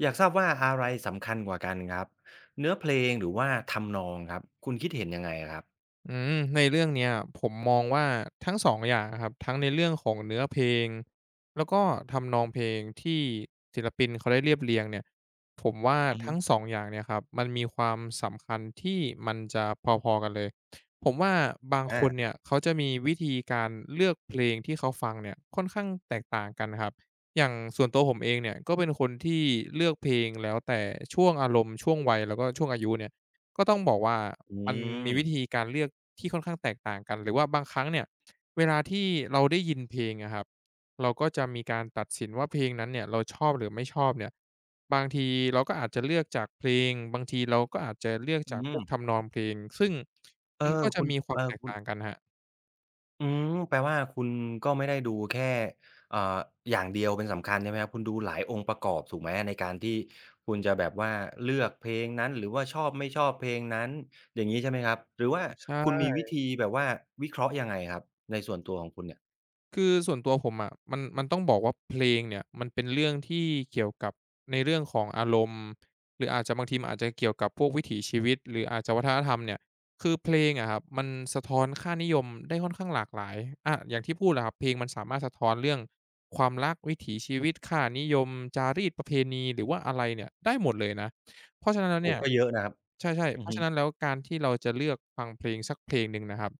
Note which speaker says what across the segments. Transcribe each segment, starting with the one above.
Speaker 1: อยากทราบว่าอะไรสำคัญกว่ากันครับเนื้อเพลงหรือว่าทำนองครับคุณคิดเห็นยังไงครับ
Speaker 2: อืมในเรื่องเนี้ยผมมองว่าทั้งสองอย่างครับทั้งในเรื่องของเนื้อเพลงแล้วก็ทำนองเพลงที่ศิลปินเขาได้เรียบเรียงเนี่ยผมว่า
Speaker 1: อือฮึ
Speaker 2: ทั้งสองอย่างเนี่ยครับมันมีความสำคัญที่มันจะพอๆกันเลยผมว่าบางคน
Speaker 1: อา
Speaker 2: เนี่ยเขาจะมีวิธีการเลือกเพลงที่เขาฟังเนี่ยค่อนข้างแตกต่างกันครับอย่างส่วนตัวผมเองเนี่ยก็เป็นคนที่เลือกเพลงแล้วแต่ช่วงอารมณ์ช่วงวัยแล้วก็ช่วงอายุเนี่ยก็ต้องบอกว่า
Speaker 1: อื
Speaker 2: มันมีวิ
Speaker 1: ม
Speaker 2: ธีการเลือกที่ค่อนข้างแตกต่างกันหรือว่าบางครั้งเนี่ยเวลาที่เราได้ยินเพลงอะครับเราก็จะมีการตัดสินว่าเพลงนั้นเนี่ยเราชอบหรือไม่ชอบเนี่ยบางทีเราก็อาจจะเลือกจากเพลงบางทีเราก็อาจจะเลือก
Speaker 1: อื
Speaker 2: จากพว
Speaker 1: ม
Speaker 2: กทำนองเพลงซึ่ง
Speaker 1: เออ
Speaker 2: มันก็จะ
Speaker 1: คุณ
Speaker 2: มีควา
Speaker 1: เอ
Speaker 2: ม
Speaker 1: อ
Speaker 2: แตก
Speaker 1: คุณ
Speaker 2: ต่างกันครับ
Speaker 1: แปลว่าคุณก็ไม่ได้ดูแค่เอ่ออย่างเดียวเป็นสำคัญใช่ไหมครับคุณดูหลายองค์ประกอบถูกไหมในการที่คุณจะแบบว่าเลือกเพลงนั้นหรือว่าชอบไม่ชอบเพลงนั้นอย่างงี้ใช่ไหมครับหรือว่า
Speaker 2: ใช่
Speaker 1: คุณมีวิธีแบบว่าวิเคราะห์ยังไงครับในส่วนตัวของคุณเนี่ย
Speaker 2: คือส่วนตัวผมอะมันต้องบอกว่าเพลงเนี่ยมันเป็นเรื่องที่เกี่ยวกับในเรื่องของอารมณ์หรืออาจจะบางทีมันอาจจะเกี่ยวกับพวกวิถีชีวิตหรืออาจจะวัฒนธรรมเนี่ยคือเพลงอะครับมันสะท้อนค่านิยมได้ค่อนข้างหลากหลายอาอย่างที่พูดแหละครับเพลงมันสามารถสะท้อนเรื่องความรักวิถีชีวิตค่านิยมจารีตประเพณีหรือว่าอะไรเนี่ยได้หมดเลยนะเพราะฉะนั้นแล้ว
Speaker 1: โอ้
Speaker 2: เนี่ย
Speaker 1: ก็เยอะนะครับ
Speaker 2: ใช่ๆ
Speaker 1: อื
Speaker 2: เพ
Speaker 1: อ
Speaker 2: ราะ
Speaker 1: ฮึ
Speaker 2: ฉะนั้นแล้วการที่เราจะเลือกฟังเพลงสักเพลงหนึ่งนะครับ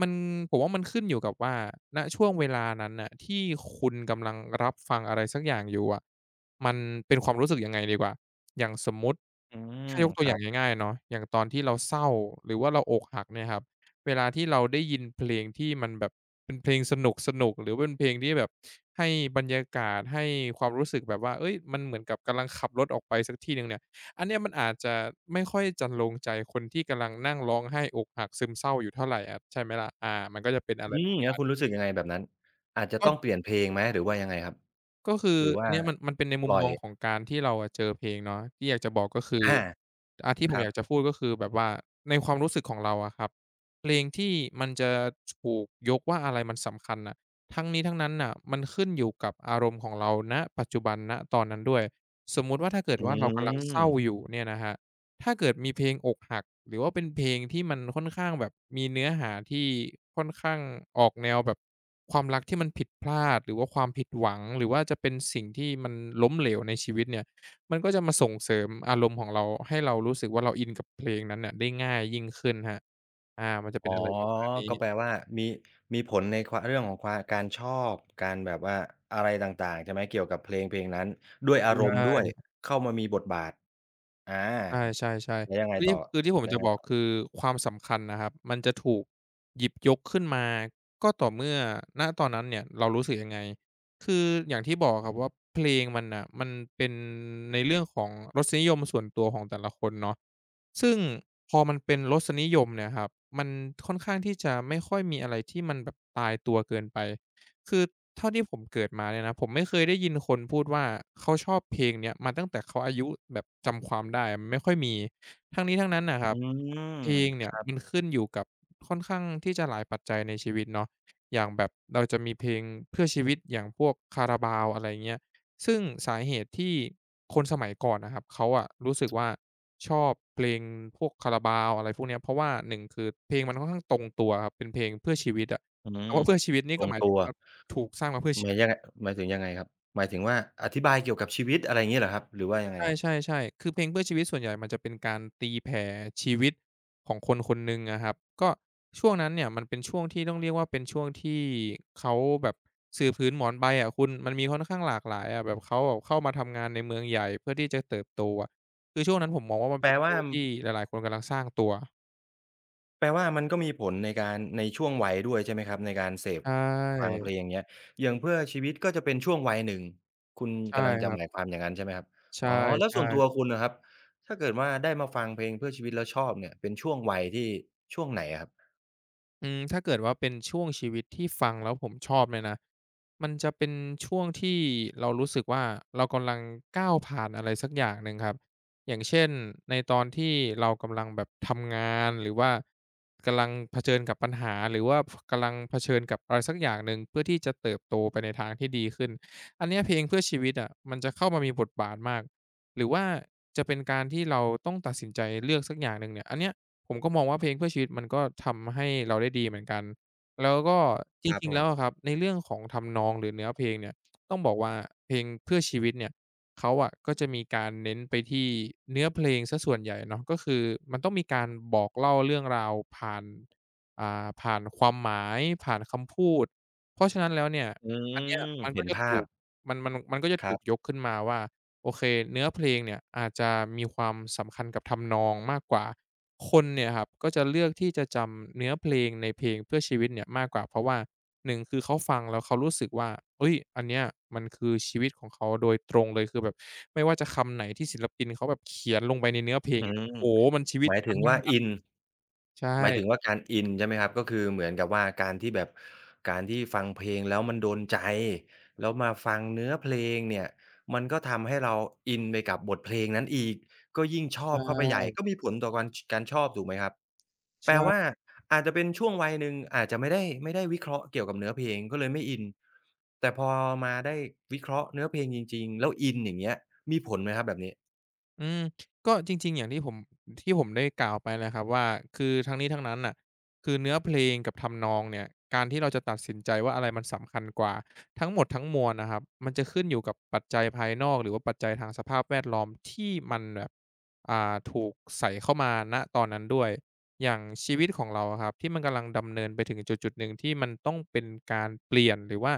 Speaker 2: มันผมว่ามันขึ้นอยู่กับว่าณช่วงเวลานั้นน่ะที่คุณกำลังรับฟังอะไรสักอย่างอยู่อะมันเป็นความรู้สึกยังไงดีกว่าอย่างสมมุติ
Speaker 1: อืม
Speaker 2: ถ้ายกตั
Speaker 1: ค
Speaker 2: วอ
Speaker 1: รั
Speaker 2: ย่าง
Speaker 1: บ
Speaker 2: ง่ายๆเนาะอย่างตอนที่เราเศร้าหรือว่าเราอกหักเนี่ยครับเวลาที่เราได้ยินเพลงที่มันแบบเป็นเพลงสนุกๆหรือเป็นเพลงที่แบบให้บรรยากาศให้ความรู้สึกแบบว่าเฮ้ยมันเหมือนกับกำลังขับรถออกไปสักที่หนึ่งเนี่ย อันเนี้ยมันอาจจะไม่ค่อยจนลงใจคนที่กำลังนั่งร้องไห้อกหักซึมเศร้าอยู่เท่าไรอะใช่ไหมล่ะอามันก็จะเป็นอะไร
Speaker 1: อืมแล้วคุณรู้สึกยังไงแบบนั้นอาจจะต้อง
Speaker 2: ก็
Speaker 1: เปลี่ยนเพลงไหมหรือว่ายังไงครับ
Speaker 2: ก็คือ
Speaker 1: หรือ
Speaker 2: อั
Speaker 1: ว่า
Speaker 2: นเนี้ยมันเป็นใน
Speaker 1: ป
Speaker 2: มุ
Speaker 1: ล่
Speaker 2: ม
Speaker 1: อ
Speaker 2: ม
Speaker 1: ย
Speaker 2: องของการที่เราอะเจอเพลงเนาะที่อยากจะบอกก็คือ
Speaker 1: อา
Speaker 2: อาที่ผ
Speaker 1: ค
Speaker 2: ม
Speaker 1: รั
Speaker 2: อ
Speaker 1: บ
Speaker 2: ยากจะพูดก็คือแบบว่าในความรู้สึกของเราอะครับเพลงที่มันจะถูกยกว่าอะไรมันสำคัญน่ะทั้งนี้ทั้งนั้นน่ะมันขึ้นอยู่กับอารมณ์ของเราณปัจจุบันณตอนนั้นด้วยสมมุติว่าถ้าเกิด
Speaker 1: อื
Speaker 2: ว่าเรากำลังเศ
Speaker 1: ม
Speaker 2: ร้าอยู่เนี่ยนะครับ ถ้าเกิดมีเพลงอกหักหรือว่าเป็นเพลงที่มันค่อนข้างแบบมีเนื้อหาที่ค่อนข้างออกแนวแบบความรักที่มันผิดพลาดหรือว่าความผิดหวังหรือว่าจะเป็นสิ่งที่มันล้มเหลวในชีวิตเนี่ยมันก็จะมาส่งเสริมอารมณ์ของเราให้เรารู้สึกว่าเราอินกับเพลงนั้นน่ะได้ง่ายยิ่งขึ้นครับอามันจะเป็
Speaker 1: อ๋อ
Speaker 2: นอะไรประมาณ
Speaker 1: ก็แปล
Speaker 2: นี้
Speaker 1: ว่ามีมีผลในความเรื่องของความการชอบการแบบว่าอะไรต่างๆใช่ไหมเกี่ยวกับเพลงเพลงนั้นด้วย
Speaker 2: ใช
Speaker 1: อารมณ์ด้วย
Speaker 2: ่
Speaker 1: เข้ามามีบทบาทอา
Speaker 2: ใช่
Speaker 1: ครับ
Speaker 2: ใช่ใช่
Speaker 1: แล้วยังไง
Speaker 2: คือ
Speaker 1: ต่
Speaker 2: ที่
Speaker 1: อ
Speaker 2: คือที่ผม
Speaker 1: แล้วยั
Speaker 2: จะ
Speaker 1: งไง
Speaker 2: บอก
Speaker 1: ต่
Speaker 2: คื
Speaker 1: อ
Speaker 2: อความสำคัญนะครับมันจะถูกหยิบยกขึ้นมาก็ต่อเมื่อณตอนนั้นเนี่ยเรารู้สึกยังไงคืออย่างที่บอกอะครับว่าเพลงมันน่ะมันเป็นในเรื่องของรสนิยมส่วนตัวของแต่ละคนเนาะซึ่งพอมันเป็นรสนิยมเนี่ยครับมันค่อนข้างที่จะไม่ค่อยมีอะไรที่มันแบบตายตัวเกินไป คือเท่าที่ผมเกิดมาเนี่ยนะผมไม่เคยได้ยินคนพูดว่าเขาชอบเพลงเนี้ยมาตั้งแต่เขาอายุแบบจำความได้อะมันไม่ค่อยมีทั้งนี้ทั้งนั้นน่ะครั
Speaker 1: อื
Speaker 2: บ
Speaker 1: ม
Speaker 2: เพลง
Speaker 1: ค
Speaker 2: เนี่ย
Speaker 1: รับ
Speaker 2: มันขึ้นอยู่กับค่อนข้างที่จะหลายปัจจัยในชีวิตเนาะอย่างแบบเราจะมีเพลงเพื่อชีวิตอย่างพวก Carabao อะไรเงี้ยซึ่งสาเหตุที่คนสมัยก่อนนะครับเขาอะรู้สึกว่าชอบเพลงพวก Carabao อะไรพวกเนี้ยเพราะว่าหนึ่งคือเพลงมันค่อนข้างตรงตัวครับเป็นเพลงเพื่อชีวิตอะ
Speaker 1: อืม
Speaker 2: คำว่าเพื่อชีวิตนี่
Speaker 1: ล
Speaker 2: ก็
Speaker 1: ง
Speaker 2: หมาย
Speaker 1: ตั
Speaker 2: ถึง
Speaker 1: ว
Speaker 2: ว่า ถูกสร้างมาเพื่อ
Speaker 1: ห
Speaker 2: ชี
Speaker 1: มาย
Speaker 2: วิต
Speaker 1: ยังไงหมายถึงยังไงครับหมายถึงว่าอธิบายเกี่ยวกับชีวิตอะไรงี้เหรอครับหรือว่ายัง
Speaker 2: ใ
Speaker 1: ไงครับ
Speaker 2: ช่ๆๆคือเพลงเพื่อชีวิตส่วนใหญ่มันจะเป็นการตีแผ่ชีวิตของคนคนหนึ่งอะครับก็ช่วงนั้นเนี่ยมันเป็นช่วงที่ต้องเรียกว่าเป็นช่วงที่เขาแบบสื่อผืนหมอนใบอะคุณมันมีค่อนข้างหลากหลายอะแบบเขาแบบเข้ามาทำงานในเมืองใหญ่เพื่อที่จะเติบโตอะคือช่วงนั้นผมมองว่ามัน
Speaker 1: แปล
Speaker 2: เป็นช่
Speaker 1: ว่า
Speaker 2: วงที่หลายๆคนกำลังสร้างตัว
Speaker 1: แปลว่ามันก็มีผลในการในช่วงวัยด้วยใช่ไหมครับในการเสพ
Speaker 2: ใช
Speaker 1: ฟัง
Speaker 2: ่
Speaker 1: เพลงเงี้ยอย่างเพื่อชีวิตก็จะเป็นช่วงวัยหนึ่งคุณ
Speaker 2: ใช่
Speaker 1: กำลัง
Speaker 2: ค
Speaker 1: จะ
Speaker 2: รั
Speaker 1: หมาย
Speaker 2: บ
Speaker 1: ความอย่างนั้นใช่ไหมครับ
Speaker 2: ใช
Speaker 1: อ๋อแล้ว
Speaker 2: ่
Speaker 1: ส่วนตัว
Speaker 2: ๆ
Speaker 1: คุณน่ะครับถ้าเกิดว่าได้มาฟังเพลงเพื่อชีวิตแล้วชอบเนี่ยเป็นช่วงวัยที่ช่วงไหนอะครับ
Speaker 2: อืมถ้าเกิดว่าเป็นช่วงชีวิตที่ฟังแล้วผมชอบเนี่ยนะมันจะเป็นช่วงที่เรารู้สึกว่าเรากำลังก้าวผ่านอะไรสักอย่างหนึ่งครับอย่างเช่นในตอนที่เรากำลังแบบทำงานหรือว่ากำลังเผชิญกับปัญหาหรือว่ากำลังเผชิญกับอะไรสักอย่างหนึ่งเพื่อที่จะเติบโตไปในทางที่ดีขึ้นอันเนี้ยเพลงเพื่อชีวิตอะมันจะเข้ามามีบทบาทมากหรือว่าจะเป็นการที่เราต้องตัดสินใจเลือกสักอย่างหนึ่งเนี่ยอันเนี้ย ผมก็มองว่าเพลงเพื่อชีวิตมันก็ทำให้เราได้ดีเหมือนกัน แล้วก็จ
Speaker 1: ครับ
Speaker 2: ริง
Speaker 1: ผ
Speaker 2: ๆแล้วอะค
Speaker 1: ม
Speaker 2: รับในเรื่องของทำนองหรือเนื้อเพลงเนี่ยต้องบอกว่าเพลงเพื่อชีวิตเนี่ยเขาอะก็จะมีการเน้นไปที่เนื้อเพลงเสียส่วนใหญ่เนาะก็คือมันต้องมีการบอกเล่าเรื่องราวผ่านผ่านความหมายผ่านคำพูดเพราะฉะนั้นแล้วเนี่ย
Speaker 1: อื
Speaker 2: อันเนี้ย
Speaker 1: ม
Speaker 2: มันก็
Speaker 1: เห็น
Speaker 2: จะ
Speaker 1: ภา
Speaker 2: ถู
Speaker 1: พ
Speaker 2: กมันก็จะ
Speaker 1: ค
Speaker 2: ถู
Speaker 1: รั
Speaker 2: กย
Speaker 1: บ
Speaker 2: กขึ้นมาว่า โอเคเนื้อเพลงเนี่ยอาจจะมีความสำคัญกับทำนองมากกว่าคนเนี่ยครับก็จะเลือกที่จะจำเนื้อเพลงในเพลงเพื่อชีวิตเนี่ยมากกว่าเพราะว่าหนึ่งคือเขาฟังแล้วเขารู้สึกว่าเฮ้ยอันเนี้ยมันคือชีวิตของเขาโดยตรงเลยคือแบบไม่ว่าจะคำไหนที่ศิลปินเขาแบบเขียนลงไปในเนื้อเพลง
Speaker 1: อื
Speaker 2: อะโอ้
Speaker 1: ม
Speaker 2: โฮมันชีวิ
Speaker 1: ห
Speaker 2: ต
Speaker 1: มาย
Speaker 2: ฉั
Speaker 1: ถึ
Speaker 2: น
Speaker 1: ง
Speaker 2: ทั้ง
Speaker 1: ว่า
Speaker 2: นั้น
Speaker 1: อิน
Speaker 2: ใช่
Speaker 1: หมายถึงว่าการอินใช่ไหมครับก็คือเหมือนกับว่าการที่แบบการที่ฟังเพลงแล้วมันโดนใจแล้วมาฟังเนื้อเพลงเนี่ยมันก็ทำให้เราอินไปกับบทเพลงนั้นอีกก็ยิ่งชอบเข้าไปให
Speaker 2: ใช่
Speaker 1: ญ่ก็มีผลต่อการชอบถูกไหมครับแปลว่า
Speaker 2: ใช่
Speaker 1: อาจจะเป็นช่วงวัยหนึ่งอาจจะไม่ได้วิเคราะห์เกี่ยวกับเนื้อเพลงก็เลยไม่อินแต่พอมาได้วิเคราะห์เนื้อเพลงจริงๆแล้วอินอย่างเงี้ยมีผลไหมครับแบบนี้
Speaker 2: อืมก็จริงๆอย่างที่ผมได้กล่าวไปแหล้วครับว่าคือทั้งนี้ทั้งนั้นน่ะคือเนื้อเพลงกับทำนองเนี่ยการที่เราจะตัดสินใจว่าอะไรมันสำคัญกว่าทั้งหมดทั้งมวลนะครับมันจะขึ้นอยู่กับปัจจัยภายนอกหรือว่าปัจจัยทางสภาพแวดล้อมที่มันแบบถูกใส่เข้ามาณตอนนั้นด้วยอย่างชีวิตของเราอะครับที่มันกำลังดำเนินไปถึงจุดๆหนึ่งที่มันต้องเป็นการเปลี่ยนหรือว่า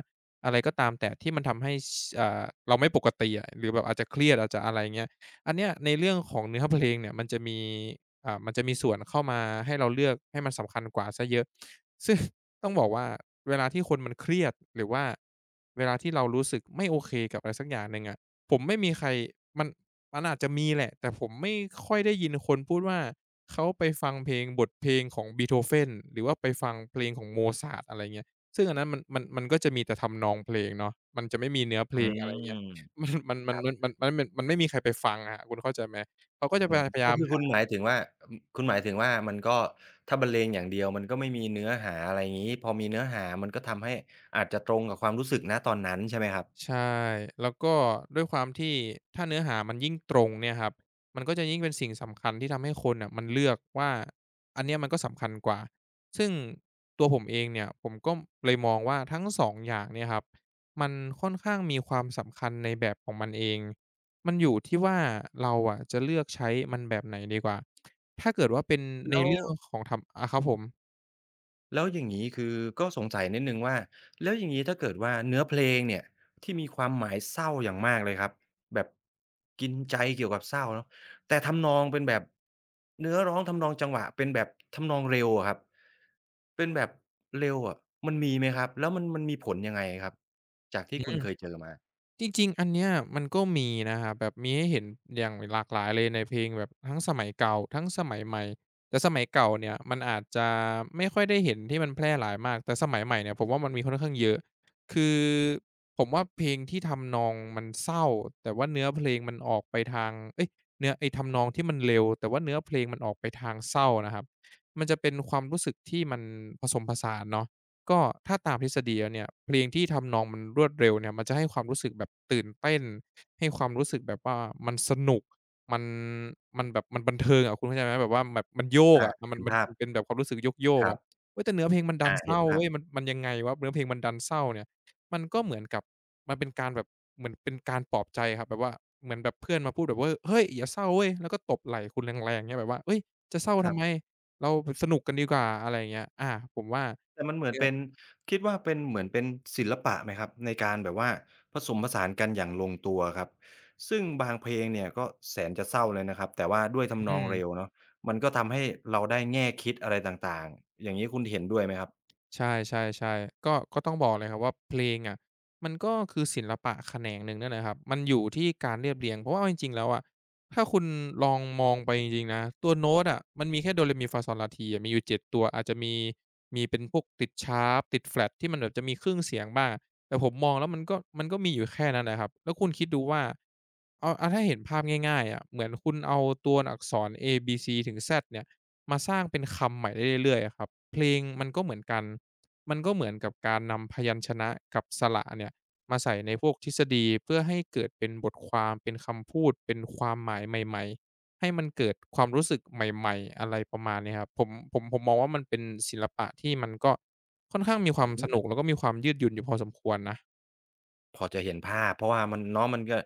Speaker 2: อะไรก็ตามแต่ที่มันทำให้ชอ่าเราไม่ปกติอะหรือแบบอาจจะเครียดอาจจะอะไรเงี้ย อันเนี้ยในเรื่องของเนื้อเพลงเนี่ยมันจะมีมันจะมีส่วนเข้ามาให้เราเลือกให้มันสำคัญกว่าเสียเยอะ ซึ่งต้องบอกว่าเวลาที่คนมันเครียดหรือว่าเวลาที่เรารู้สึกไม่โอเคกับอะไรสักอย่างหนึ่งอะผมไม่มีใครมันมันอาจจะมีแหละแต่ผมไม่ค่อยได้ยินคนพูดว่าเขาไปฟังเพลงบทเพลงของ Beethoven หรือว่าไปฟังเพลงของ Mozart อะไรเงี้ยซึ่งอันนั้นมันก็จะมีแต่ทำนองเพลงเนาะมันจะไม่มีเนื้อเพล
Speaker 1: อื
Speaker 2: งอะไรเงี้ย
Speaker 1: ม
Speaker 2: มันมันมันมันไม่มีใครไปฟังอะคุณเข้าใจไหมเขาก็จะ
Speaker 1: อื
Speaker 2: พยา
Speaker 1: ม
Speaker 2: ยาม
Speaker 1: ก็คือคุณ
Speaker 2: หา
Speaker 1: หมายถึงว่าอืมคุณหมายถึงว่ามันก็ถ้าบรรเลงอย่างเดียวมันก็ไม่มีเนื้อหาอะไรงี้พอมีเนื้อหามันก็ทำให้อาจจะตรงกับความรู้สึกณตอนนั้นใช่ไหมครับ
Speaker 2: ใช่แล้วก็ด้วยความที่ถ้าเนื้อหามันยิ่งตรงเนี่ยครับมันก็จะยิ่งเป็นสิ่งสำคัญที่ทำให้คนน่ะมันเลือกว่าอันเนี้ยมันก็สำคัญกว่าซึ่งตัวผมเองเนี่ยผมก็เลยมองว่าทั้งสองอย่างเนี่ยครับมันค่อนข้างมีความสำคัญในแบบของมันเองมันอยู่ที่ว่าเราอะจะเลือกใช้มันแบบไหนดีกว่าถ้าเกิดว่าเป็นใน
Speaker 1: แล้ว
Speaker 2: เรื่องของทำครับผม
Speaker 1: แล้วอย่างนี้คือก็สงสัยนิดนึงว่าแล้วอย่างนี้ถ้าเกิดว่าเนื้อเพลงเนี่ยที่มีความหมายเศร้าอย่างมากเลยครับแบบกินใจเกี่ยวกับเศร้าเนาะแต่ทำนองเป็นแบบเนื้อร้องทำนองจังหวะเป็นแบบทำนองเร็วอะครับเป็นแบบเร็วอะมันมีไหมครับแล้วมันมีผลยังไงครับจากที่
Speaker 2: อื
Speaker 1: คุณเค
Speaker 2: ม
Speaker 1: ยเจอมา
Speaker 2: จริงๆอันเนี้ยมันก็มีนะครับแบบมีให้เห็นอย่างหลากหลายเลยในเพลงแบบทั้งสมัยเก่าทั้งสมัยใหม่แต่สมัยเก่าเนี่ยมันอาจจะไม่ค่อยได้เห็นที่มันแพร่หลายมากแต่สมัยใหม่เนี่ยผมว่ามันมีค่อนข้างเยอะคือผมว่าเพลงที่ทำนองมันเศร้าแต่ว่าเนื้อเพลงมันออกไปทางเอ๊ยเนื้อไอ้ทำนองที่มันเร็วแต่ว่าเนื้อเพลงมันออกไปทางเศร้านะครับมันจะเป็นความรู้สึกที่มันผสมผสานเนาะ ก็ถ้าตามทฤษฎีแล้วเนี่ยเพลงที่ทำนองมันรวดเร็วเนี่ยมันจะให้ความรู้สึกแบบตื่นเต้นให้ความรู้สึกแบบว่ามันสนุกมันมันแบบมันบันเทิงอะคุณเข้าใจไหมแบบว่าแบบมันโยก
Speaker 1: อา
Speaker 2: อะมัน
Speaker 1: เห็น
Speaker 2: มัน
Speaker 1: ภาพ
Speaker 2: มันเป็นแบบความรู้สึกโย
Speaker 1: ค
Speaker 2: กๆ
Speaker 1: รั
Speaker 2: อะ
Speaker 1: บ
Speaker 2: เฮ้ยแต่เนื้อเพลงมันดั
Speaker 1: อา
Speaker 2: นเศ
Speaker 1: เห็น
Speaker 2: ร้า
Speaker 1: ภาพ
Speaker 2: เว้ยมันยังไงวะเนื้อเพลงมันดันเศร้าเนี่ยมันก็เหมือนกับมันเป็นการแบบเหมือนเป็นการปลอบใจครับแบบว่าเหมือนแบบเพื่อนมาพูดแบบว่าเฮ้ยอย่าเศร้าเว้ยแล้วก็ตบไหล่คุณแรงๆเงี้ยแบบว่าเฮ้ยจะเศร้า
Speaker 1: ครั
Speaker 2: ทำไม
Speaker 1: บ
Speaker 2: เราสนุกกันดีกว่าอะไรอย่างเงี้ยอาผมว่า
Speaker 1: แต่มันเหมือน
Speaker 2: เนื้อ
Speaker 1: เป็นคิดว่าเป็นเหมือนเป็นศิลปะไหมครับในการแบบว่าผสมผสานกันอย่างลงตัวครับซึ่งบางเพลงเนี่ยก็แสนจะเศร้าเลยนะครับแต่ว่าด้วยทำ
Speaker 2: อื
Speaker 1: นองเร็ว
Speaker 2: ม
Speaker 1: เนาะมันก็ทำให้เราได้แง่คิดอะไรต่างๆอย่างงี้คุณเห็นด้วยไหมครับ
Speaker 2: ใช่ๆๆก็ต้องบอกเลยครับว่าเพลงอะมันก็คือศิลปะแขนงหนึ่งนั่นแหละครับมันอยู่ที่การเรียบเรียงเพราะว่าเอาจริงๆแล้วอะถ้าคุณลองมองไปจริงๆนะตัวโน้ตอะมันมีแค่โดเรมีฟาซอลาทีอะมีอยู่7ตัวอาจจะมีเป็นพวกติดชาร์ปติดแฟลตที่มันแบบจะมีครึ่งเสียงบ้างแต่ผมมองแล้วมันก็มีอยู่แค่นั้นแหละครับแล้วคุณคิดดูว่าเอาถ้าเห็นภาพง่ายๆอะเหมือนคุณเอาตัวอักษรเอบีซีถึง Z เนี่ยมาสร้างเป็นคำใหม่ได้เรื่อยๆอะครับเพลงมันก็เหมือนกัน มันก็เหมือนกับการนำพยัญชนะกับสระเนี่ยมาใส่ในพวกทฤษฎีเพื่อให้เกิดเป็นบทความเป็นคำพูดเป็นความหมายใหม่ๆให้มันเกิดความรู้สึกใหม่ๆอะไรประมาณเนี้ยครับผมมองว่ามันเป็นศิลปะที่มันก็ค่อนข้างมีควา
Speaker 1: อื
Speaker 2: มส
Speaker 1: อ
Speaker 2: นุก
Speaker 1: ฮึ
Speaker 2: แล้วก็มีความยืดหยุ่นอยู่พอสมควรนะ
Speaker 1: พอจะเห็นภาพเพราะว่ามันเนาะมันก็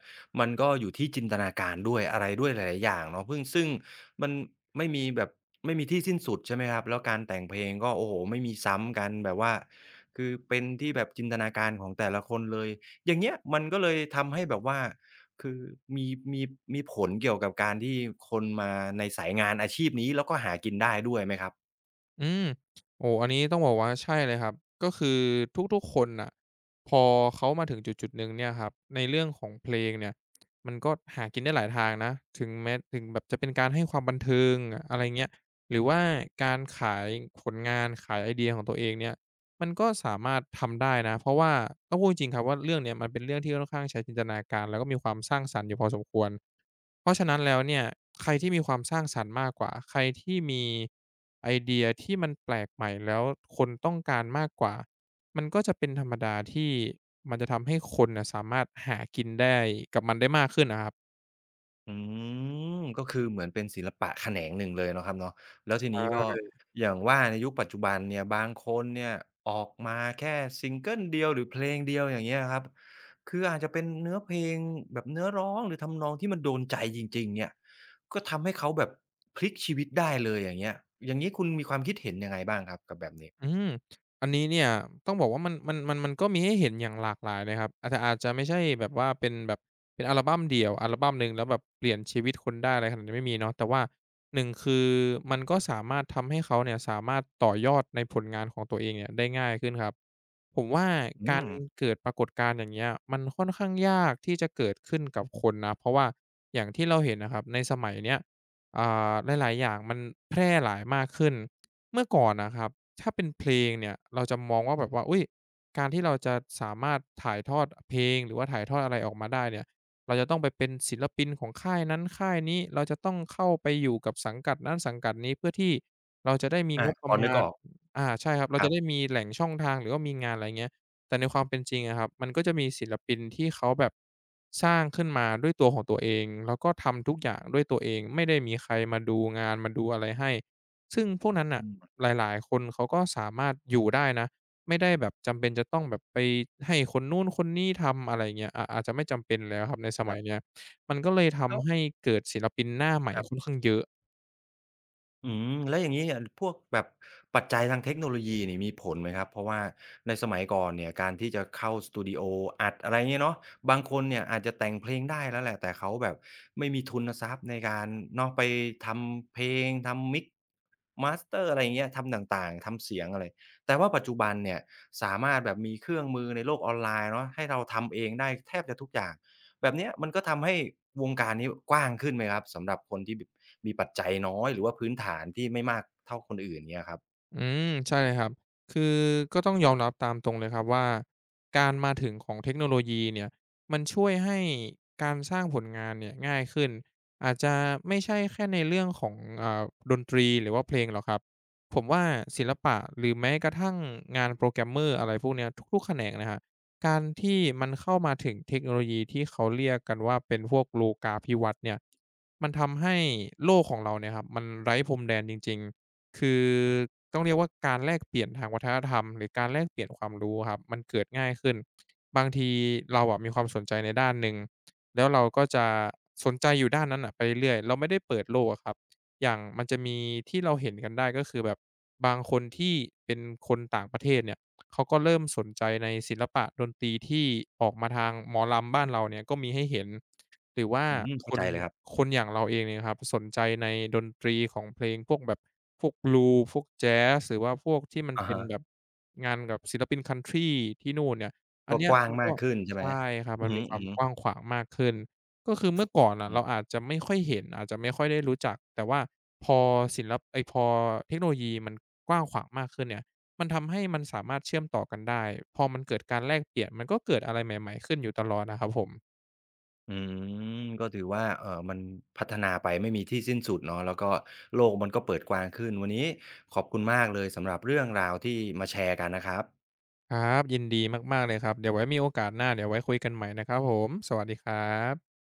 Speaker 1: มันก็อยู่ที่จินตนาการด้วยอะไรด้วยหลายๆอย่างเนาะพึ่งซึ่งมันไม่มีแบบไม่มีที่สิ้นสุดใช่ไหมครับแล้วการแต่งเพลงก็โอ้โฮไม่มีซ้ำกันแบบว่าคือเป็นที่แบบจินตนาการของแต่ละคนเลยอย่างเงี้ยมันก็เลยทำให้แบบว่าคือมีมีมีผลเกี่ยวกับการที่คนมาในสายงานอาชีพนี้แล้วก็หากินได้ด้วยไหมครับ
Speaker 2: อืมโอ้อันนี้ต้องบอกว่าใช่เลยครับก็คือทุกๆคนน่ะพอเขามาถึงจุดๆหนึ่งเนี่ยครับในเรื่องของเพลงเนี่ยมันก็หากินได้หลายทางนะถึงแม้ถึงแบบจะเป็นการให้ความบันเทิงอะไรเงี้ยหรือว่าการขายผลงานขายไอเดียของตัวเองเนี่ยมันก็สามารถทำได้นะเพราะว่าต้องพูดจริงๆครับว่าเรื่องเนี่ยมันเป็นเรื่องที่ค่อนข้างใช้จินตนาการแล้วก็มีความสร้างสรรค์อยู่พอสมควร เพราะฉะนั้นแล้วเนี่ยใครที่มีความสร้างสรรค์มากกว่าใครที่มีไอเดียที่มันแปลกใหม่แล้วคนต้องการมากกว่ามันก็จะเป็นธรรมดาที่มันจะทำให้คนน่ะสามารถหากินได้กับมันได้มากขึ้นอะครับ
Speaker 1: อืมก็คือเหมือนเป็นศิลปะแขนงหนึ่งเลยเนาะครับเนาะแล้วที
Speaker 2: ใช
Speaker 1: นี้ก็
Speaker 2: ่
Speaker 1: อย่างว่าในยุคปัจจุบันเนี่ยบางคนเนี่ยออกมาแค่ซิงเกิลเดียวหรือเพลงเดียวอย่างเงี้ยครับคืออาจจะเป็นเนื้อเพลงแบบเนื้อร้องหรือทำนองที่มันโดนใจจริงๆเนี่ยก็ทำให้เขาแบบพลิกชีวิตได้เลยอย่างเงี้ยอย่างงี้คุณมีความคิดเห็นยังไงบ้างครับกับแบบนี้
Speaker 2: อืมอันนี้เนี่ยต้องบอกว่ามันก็มีให้เห็นอย่างหลากหลายเลยครับอาจจะไม่ใช่แบบว่าเป็นแบบเป็นอัลบัมเดี่ยวอัลบัมหนึ่งแล้วแบบเปลี่ยนชีวิตคนได้อะไรขนาดนี้ไม่มีเนาะแต่ว่า1คือมันก็สามารถทำให้เขาเนี่ยสามารถต่อยอดในผลงานของตัวเองเนี่ยได้ง่ายขึ้นครับผมว่า
Speaker 1: อื
Speaker 2: การ
Speaker 1: ม
Speaker 2: เกิดปรากฏการณ์อย่างเงี้ยมันค่อนข้างยากที่จะเกิดขึ้นกับคนนะเพราะว่าอย่างที่เราเห็นนะครับในสมัยเนี้ยอ่หลายๆอย่างมันแพร่หลายมากขึ้น เมื่อก่อนนะครับถ้าเป็นเพลงเนี่ยเราจะมองว่าแบบว่าอุ๊ยการที่เราจะสามารถถ่ายทอดเพลงหรือว่าถ่ายทอดอะไรออกมาได้เนี่ยเราจะต้องไปเป็นศิลปินของค่ายนั้นค่ายนี้เราจะต้องเข้าไปอยู่กับสังกัดนั้นสังกัดนี้เพื่อที่เราจะได้มีง
Speaker 1: อา
Speaker 2: บป
Speaker 1: พ
Speaker 2: ระ
Speaker 1: อนึก
Speaker 2: มา
Speaker 1: อ
Speaker 2: ณ
Speaker 1: อก
Speaker 2: อาใช่ครับเรา
Speaker 1: ค
Speaker 2: จะ
Speaker 1: รั
Speaker 2: ได้
Speaker 1: บ
Speaker 2: มีแหล่งช่องทางหรือว่ามีงานอะไรเงี้ยแต่ในความเป็นจริงอะครับมันก็จะมีศิลปินที่เขาแบบสร้างขึ้นมาด้วยตัวของตัวเองแล้วก็ทำทุกอย่างด้วยตัวเองไม่ได้มีใครมาดูงานมาดูอะไรให้ซึ่งพวกนั้นน่ะ
Speaker 1: อืม
Speaker 2: หลายๆคนเขาก็สามารถอยู่ได้นะไม่ได้แบบจำเป็นจะต้องแบบไปให้คนนู้นคนนี้ทำอะไรเงี้ยอาจจะไม่จำเป็นแล้วครับในส
Speaker 1: ครั
Speaker 2: มัยเนี้ย
Speaker 1: บ
Speaker 2: มันก็เลย
Speaker 1: แล้ว
Speaker 2: ทำให้เกิดศิลปินหน้าใหม่
Speaker 1: ครั
Speaker 2: ค่อน
Speaker 1: บ
Speaker 2: ข้างเยอะ
Speaker 1: อืมแล้วอย่างนี้เนี่ยพวกแบบปัจจัยทางเทคโนโลยีนี่มีผลไหมครับเพราะว่าในสมัยก่อนเนี่ยการที่จะเข้าสตูดิโออัดอะไรเงี้ยเนาะบางคนเนี่ยอาจจะแต่งเพลงได้แล้วแหละแต่เขาแบบไม่มีทุนทรัพย์ในการเนาะไปทำเพลงทำมิก m a มาสเตอร์อะไรเงี้ยทำต่างๆทำเสียงอะไรแต่ว่าปัจจุบันเนี่ยสามารถแบบมีเครื่องมือในโลกออนไลน์เนาะให้เราทำเองได้แทบจะทุกอย่าง แบบเนี้ยมันก็ทำให้วงการนี้กว้างขึ้นไหมครับสำหรับคนที่แบบมีปัจจัยน้อยหรือว่าพื้นฐานที่ไม่มากเท่าคนอื่นเงี้ยครับ
Speaker 2: อืมใช่เลยครับคือก็ต้องยอมรับตามตรงเลยครับว่าการมาถึงของเทคโนโลยีเนี่ยมันช่วยให้การสร้างผลงานเนี่ยง่ายขึ้นอาจจะไม่ใช่แค่ในเรื่องของอ่าดนตรีหรือว่าเพลงหรอกครับผมว่าศิลปะหรือแม้กระทั่งงานโปรแกรมเมอร์อะไรพวกเนี้ยทุกๆแขนงนะครับการที่มันเข้ามาถึงเทคโนโลยีที่เขาเรียกกันว่าเป็นพวกโลกาภิวัตน์เนี่ยมันทำให้โลกของเราเนี่ยครับมันไร้พรมแดนจริงๆ คือต้องเรียกว่าการแลกเปลี่ยนทางวัฒนธรรมหรือการแลกเปลี่ยนความรู้อะครับมันเกิดง่ายขึ้นบางทีเราอะมีความสนใจในด้านหนึ่งแล้วเราก็จะสนใจอยู่ด้านนั้นน่ะไปเรื่อยๆเราไม่ได้เปิดโลกอะครับอย่างมันจะมีที่เราเห็นกันได้ก็คือแบบบางคนที่เป็นคนต่างประเทศเนี่ยเขาก็เริ่มสนใจในศิลปะดนตรีที่ออกมาทางหมอลำบ้านเราเนี่ยก็มีให้เห็น หรือว่า
Speaker 1: อืม
Speaker 2: ค
Speaker 1: เข้าใจ
Speaker 2: น
Speaker 1: เลยครับ
Speaker 2: คนอย่างเราเองเนี่ยครับสนใจในดนตรีของเพลงพวกแบบพวก Blues พวกแจ๊สหรือว่าพวกที่มัน
Speaker 1: อะ
Speaker 2: เป็น
Speaker 1: ฮะ
Speaker 2: แบบงานกับศิลปินคันทรีที่นู่นเนี่ยอัน
Speaker 1: ก็
Speaker 2: เนี้
Speaker 1: ก
Speaker 2: ย
Speaker 1: ว้าง
Speaker 2: มัน
Speaker 1: มา
Speaker 2: ก็
Speaker 1: กขึ้นใช่ไหม
Speaker 2: ใช่ครับ
Speaker 1: อื
Speaker 2: มั
Speaker 1: อ
Speaker 2: น
Speaker 1: ฮึ
Speaker 2: มีค
Speaker 1: อื
Speaker 2: วาม
Speaker 1: อฮึ
Speaker 2: กว้างขวางมากขึ้นก็คือเมื่อก่อนน่ะ
Speaker 1: อืม
Speaker 2: เราอาจจะไม่ค่อยเห็นอาจจะไม่ค่อยได้รู้จักแต่ว่าพอศิลปเอ๊ยพอเทคโนโลยีมันกว้างขวางมากขึ้นเนี่ยมันทำให้มันสามารถเชื่อมต่อกันได้พอมันเกิดการแลกเปลี่ยนมันก็เกิดอะไรใหม่ๆขึ้นอยู่ตลอดอะครับผม
Speaker 1: อืมก็ถือว่ามันพัฒนาไปไม่มีที่สิ้นสุดเนาะแล้วก็โลกมันก็เปิดกว้างขึ้นวันนี้ขอบคุณมากเลยสำหรับเรื่องราวที่มาแชร์กันนะครับ
Speaker 2: ครับยินดีมากๆเลยครับเดี๋ยวไว้มีโอกาสหน้าเดี๋ยวไว้คุยกันใหม่นะครับผมสวัสดีครับ